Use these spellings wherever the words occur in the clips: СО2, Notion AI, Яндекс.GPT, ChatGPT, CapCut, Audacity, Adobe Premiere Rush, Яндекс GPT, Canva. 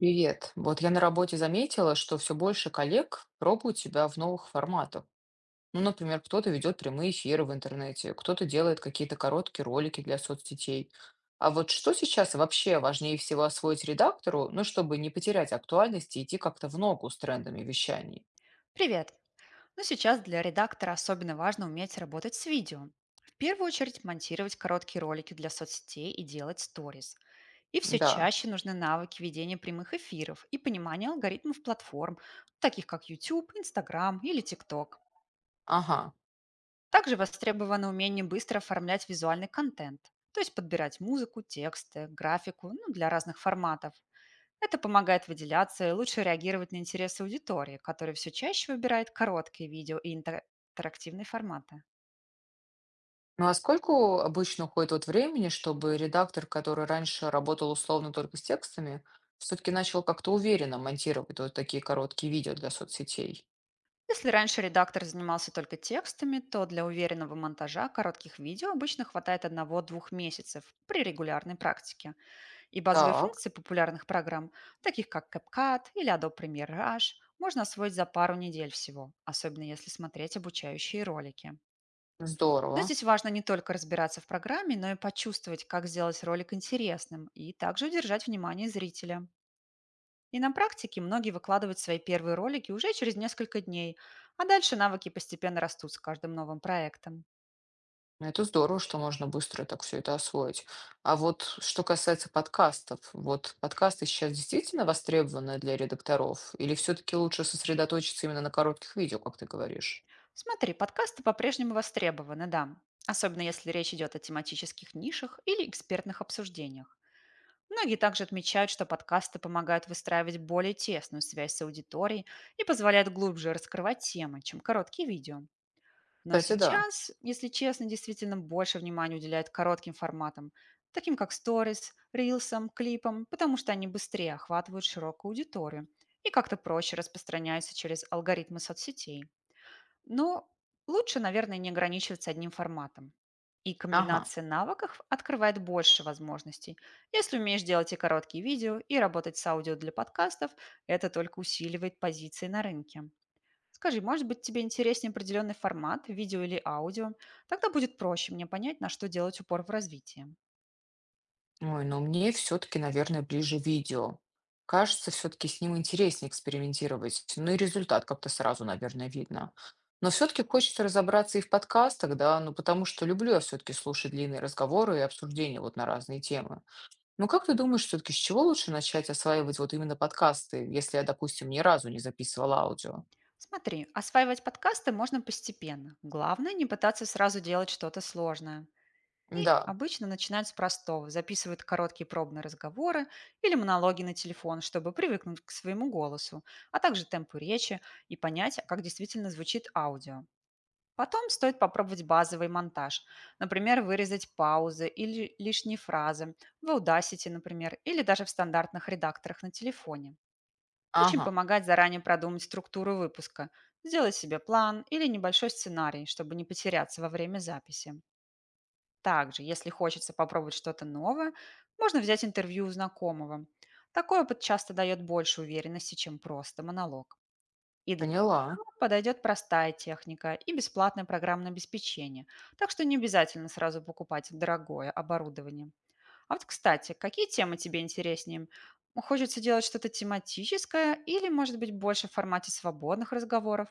Привет. Вот я на работе заметила, что все больше коллег пробуют себя в новых форматах. Ну, например, кто-то ведет прямые эфиры в интернете, кто-то делает какие-то короткие ролики для соцсетей. А вот что сейчас вообще важнее всего освоить редактору, ну, чтобы не потерять актуальность и идти как-то в ногу с трендами вещаний? Привет! Но сейчас для редактора особенно важно уметь работать с видео. В первую очередь монтировать короткие ролики для соцсетей и делать сторис. И все Да. чаще нужны навыки ведения прямых эфиров и понимания алгоритмов платформ, таких как YouTube, Instagram или TikTok. Ага. Также востребовано умение быстро оформлять визуальный контент, то есть подбирать музыку, тексты, графику, ну, для разных форматов. Это помогает выделяться и лучше реагировать на интересы аудитории, которая все чаще выбирает короткие видео и интерактивные форматы. Ну а сколько обычно уходит от времени, чтобы редактор, который раньше работал условно только с текстами, все-таки начал как-то уверенно монтировать вот такие короткие видео для соцсетей? Если раньше редактор занимался только текстами, то для уверенного монтажа коротких видео обычно хватает одного-двух месяцев при регулярной практике. И базовые Так, функции популярных программ, таких как CapCut или Adobe Premiere Rush, можно освоить за пару недель всего, особенно если смотреть обучающие ролики. Но здорово. здесь важно не только разбираться в программе, но и почувствовать, как сделать ролик интересным, и также удержать внимание зрителя. И на практике многие выкладывают свои первые ролики уже через несколько дней, а дальше навыки постепенно растут с каждым новым проектом. Это здорово, что можно быстро так все это освоить. А вот что касается подкастов, вот подкасты сейчас действительно востребованы для редакторов или все таки лучше сосредоточиться именно на коротких видео, как ты говоришь? Смотри, подкасты по-прежнему востребованы, да, особенно если речь идет о тематических нишах или экспертных обсуждениях. Многие также отмечают, что подкасты помогают выстраивать более тесную связь с аудиторией и позволяют глубже раскрывать темы, чем короткие видео. Но Кстати, да. сейчас, если честно, действительно больше внимания уделяют коротким форматам, таким как сторис, рилсам, клипам, потому что они быстрее охватывают широкую аудиторию и как-то проще распространяются через алгоритмы соцсетей. Но лучше, наверное, не ограничиваться одним форматом. И Ага. комбинация навыков открывает больше возможностей. Если умеешь делать и короткие видео, и работать с аудио для подкастов, это только усиливает позиции на рынке. Скажи, может быть, тебе интереснее определенный формат, видео или аудио? Тогда будет проще мне понять, на что делать упор в развитии. Ой, но мне все-таки, наверное, ближе видео. Кажется, все-таки с ним интереснее экспериментировать. Ну и результат как-то сразу, наверное, видно. Но все-таки хочется разобраться и в подкастах, да, ну потому что люблю я все-таки слушать длинные разговоры и обсуждения вот на разные темы. Ну как ты думаешь, все-таки с чего лучше начать осваивать вот именно подкасты, если я, допустим, ни разу не записывала аудио? Смотри, осваивать подкасты можно постепенно. Главное, не пытаться сразу делать что-то сложное. И Да, обычно начинают с простого. Записывают короткие пробные разговоры или монологи на телефон, чтобы привыкнуть к своему голосу, а также темпу речи и понять, а как действительно звучит аудио. Потом стоит попробовать базовый монтаж. Например, вырезать паузы или лишние фразы в Audacity, например, или даже в стандартных редакторах на телефоне. Очень ага, помогает заранее продумать структуру выпуска, сделать себе план или небольшой сценарий, чтобы не потеряться во время записи. Также, если хочется попробовать что-то новое, можно взять интервью у знакомого. Такой опыт часто дает больше уверенности, чем просто монолог. И для поняла. начала подойдет простая техника и бесплатное программное обеспечение, так что не обязательно сразу покупать дорогое оборудование. А вот, кстати, какие темы тебе интереснее? Хочется делать что-то тематическое или, может быть, больше в формате свободных разговоров?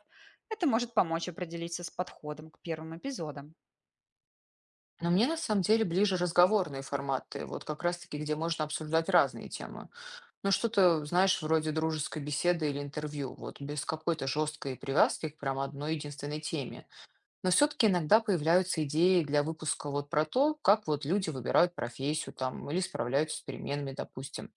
Это может помочь определиться с подходом к первым эпизодам. Но мне на самом деле ближе разговорные форматы, вот как раз-таки, где можно обсуждать разные темы. Ну, что-то, знаешь, вроде дружеской беседы или интервью, вот без какой-то жесткой привязки к прям одной единственной теме. Но все-таки иногда появляются идеи для выпуска вот про то, как вот люди выбирают профессию там или справляются с переменами, допустим.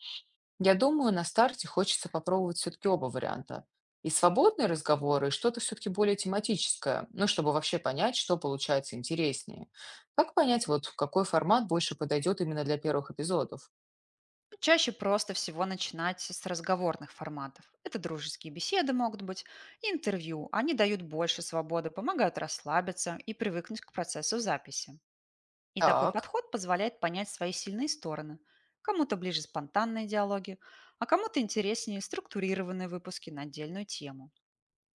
Я думаю, на старте хочется попробовать все-таки оба варианта. И свободные разговоры, и что-то все-таки более тематическое, ну, чтобы вообще понять, что получается интереснее. Как понять, вот какой формат больше подойдет именно для первых эпизодов? Чаще просто всего начинать с разговорных форматов. Это дружеские беседы могут быть, и интервью. Они дают больше свободы, помогают расслабиться и привыкнуть к процессу записи. И такой Так, подход позволяет понять свои сильные стороны. Кому-то ближе спонтанные диалоги, а кому-то интереснее структурированные выпуски на отдельную тему.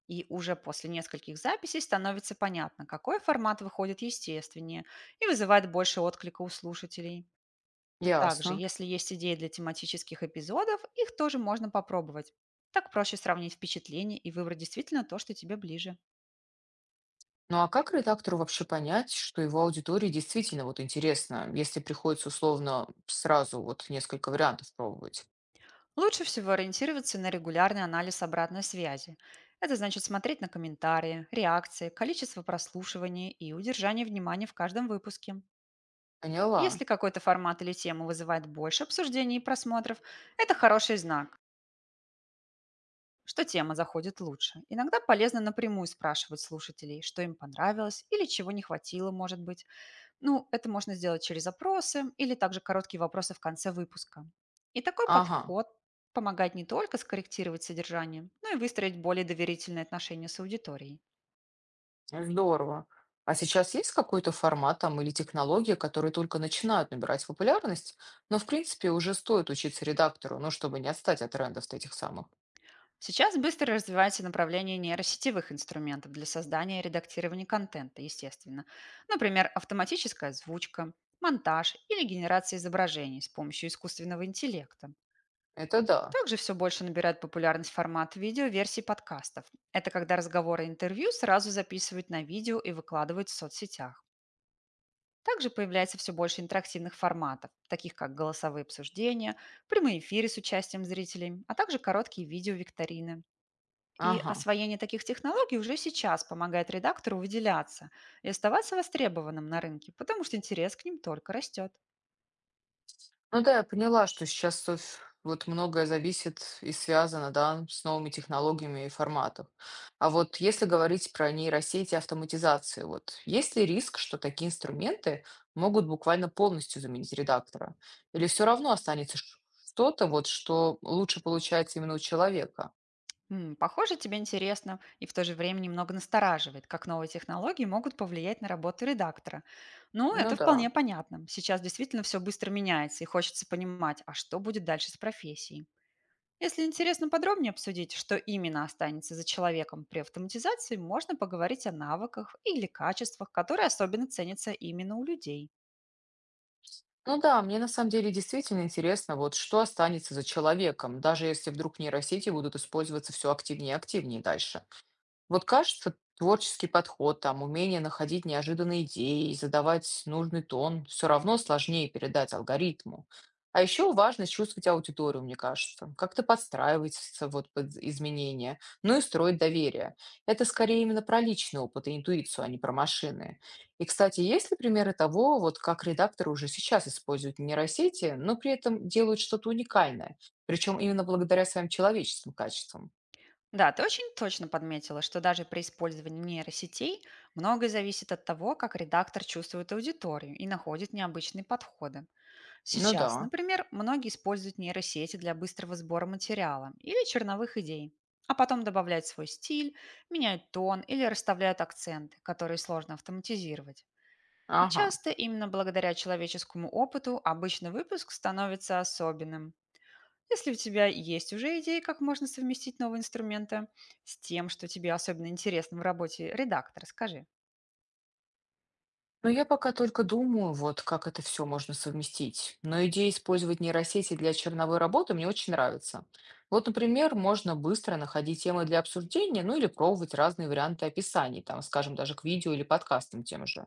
И уже после нескольких записей становится понятно, какой формат выходит естественнее и вызывает больше отклика у слушателей. Также, ясно. если есть идеи для тематических эпизодов, их тоже можно попробовать. Так проще сравнить впечатления и выбрать действительно то, что тебе ближе. Ну а как редактору вообще понять, что его аудитории действительно вот интересно, если приходится условно сразу вот несколько вариантов пробовать? Лучше всего ориентироваться на регулярный анализ обратной связи. Это значит смотреть на комментарии, реакции, количество прослушиваний и удержание внимания в каждом выпуске. Поняла. Если какой-то формат или тема вызывает больше обсуждений и просмотров, это хороший знак, что тема заходит лучше. Иногда полезно напрямую спрашивать слушателей, что им понравилось или чего не хватило, может быть. Ну, это можно сделать через опросы или также короткие вопросы в конце выпуска. И такой Ага, подход помогает не только скорректировать содержание, но и выстроить более доверительные отношения с аудиторией. здорово. А сейчас есть какой-то формат там или технология, которые только начинают набирать популярность, но в принципе уже стоит учиться редактору, ну чтобы не отстать от трендов этих самых? Сейчас быстро развивается направление нейросетевых инструментов для создания и редактирования контента, естественно. Например, автоматическая озвучка, монтаж или генерация изображений с помощью искусственного интеллекта. Это да. Также все больше набирает популярность формат видео-версий подкастов. Это когда разговоры и интервью сразу записывают на видео и выкладывают в соцсетях. Также появляется все больше интерактивных форматов, таких как голосовые обсуждения, прямые эфиры с участием зрителей, а также короткие видео-викторины. И Ага. освоение таких технологий уже сейчас помогает редактору выделяться и оставаться востребованным на рынке, потому что интерес к ним только растет. Ну да, я поняла, что сейчас со вот многое зависит и связано, да, с новыми технологиями и форматом. А вот если говорить про нейросети и автоматизацию, вот есть ли риск, что такие инструменты могут буквально полностью заменить редактора? Или все равно останется что-то, вот, что лучше получается именно у человека? Похоже, тебе интересно и в то же время немного настораживает, как новые технологии могут повлиять на работу редактора. Ну, Ну это вполне да. понятно. Сейчас действительно все быстро меняется, и хочется понимать, а что будет дальше с профессией. Если интересно подробнее обсудить, что именно останется за человеком при автоматизации, можно поговорить о навыках или качествах, которые особенно ценятся именно у людей. Ну да, мне на самом деле действительно интересно, вот что останется за человеком, даже если вдруг нейросети будут использоваться все активнее и активнее дальше. Вот кажется, творческий подход, там, умение находить неожиданные идеи и задавать нужный тон все равно сложнее передать алгоритму. А еще важно чувствовать аудиторию, мне кажется, как-то подстраиваться вот под изменения, ну и строить доверие. Это скорее именно про личный опыт и интуицию, а не про машины. И, кстати, есть ли примеры того, вот как редакторы уже сейчас используют нейросети, но при этом делают что-то уникальное, причем именно благодаря своим человеческим качествам? Да, ты очень точно подметила, что даже при использовании нейросетей многое зависит от того, как редактор чувствует аудиторию и находит необычные подходы. Ну да, Сейчас, например, многие используют нейросети для быстрого сбора материала или черновых идей, а потом добавляют свой стиль, меняют тон или расставляют акценты, которые сложно автоматизировать. И ага. часто именно благодаря человеческому опыту обычный выпуск становится особенным. Если у тебя есть уже идеи, как можно совместить новые инструменты с тем, что тебе особенно интересно в работе редактора, скажи. Но я пока только думаю, вот как это все можно совместить. Но идея использовать нейросети для черновой работы мне очень нравится. Вот, например, можно быстро находить темы для обсуждения, ну или пробовать разные варианты описаний, там, скажем, даже к видео или подкастам тем же.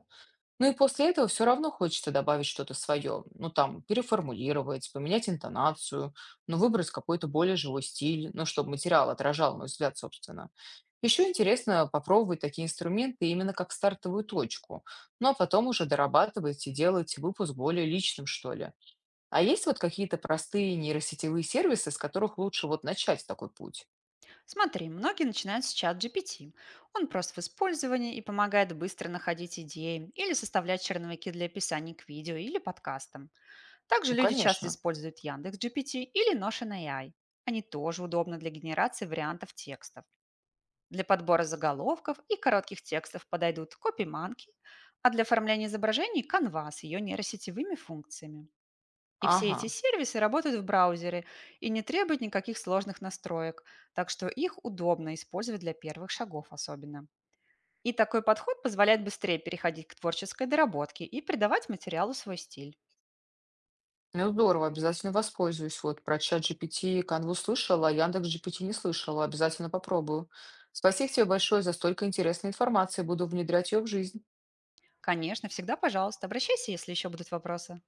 Ну и после этого все равно хочется добавить что-то свое. Ну там, переформулировать, поменять интонацию, ну выбрать какой-то более живой стиль, ну чтобы материал отражал мой взгляд, собственно. Еще интересно попробовать такие инструменты именно как стартовую точку, ну а потом уже дорабатывать и делать выпуск более личным, что ли. А есть вот какие-то простые нейросетевые сервисы, с которых лучше вот начать такой путь? Смотри, многие начинают с чат GPT. Он прост в использовании и помогает быстро находить идеи или составлять черновики для описаний к видео или подкастам. Также Ну, люди часто конечно. используют Яндекс GPT или Notion AI. Они тоже удобны для генерации вариантов текстов. Для подбора заголовков и коротких текстов подойдут копиманки, а для оформления изображений — Canva с ее нейросетевыми функциями. И все Ага. эти сервисы работают в браузере и не требуют никаких сложных настроек, так что их удобно использовать для первых шагов особенно. И такой подход позволяет быстрее переходить к творческой доработке и придавать материалу свой стиль. Ну, здорово, обязательно воспользуюсь. Вот про ChatGPT и Canva слышала, а Яндекс.GPT не слышала. Обязательно попробую. Спасибо тебе большое за столько интересной информации. Буду внедрять ее в жизнь. Конечно, всегда, пожалуйста, обращайся, если еще будут вопросы.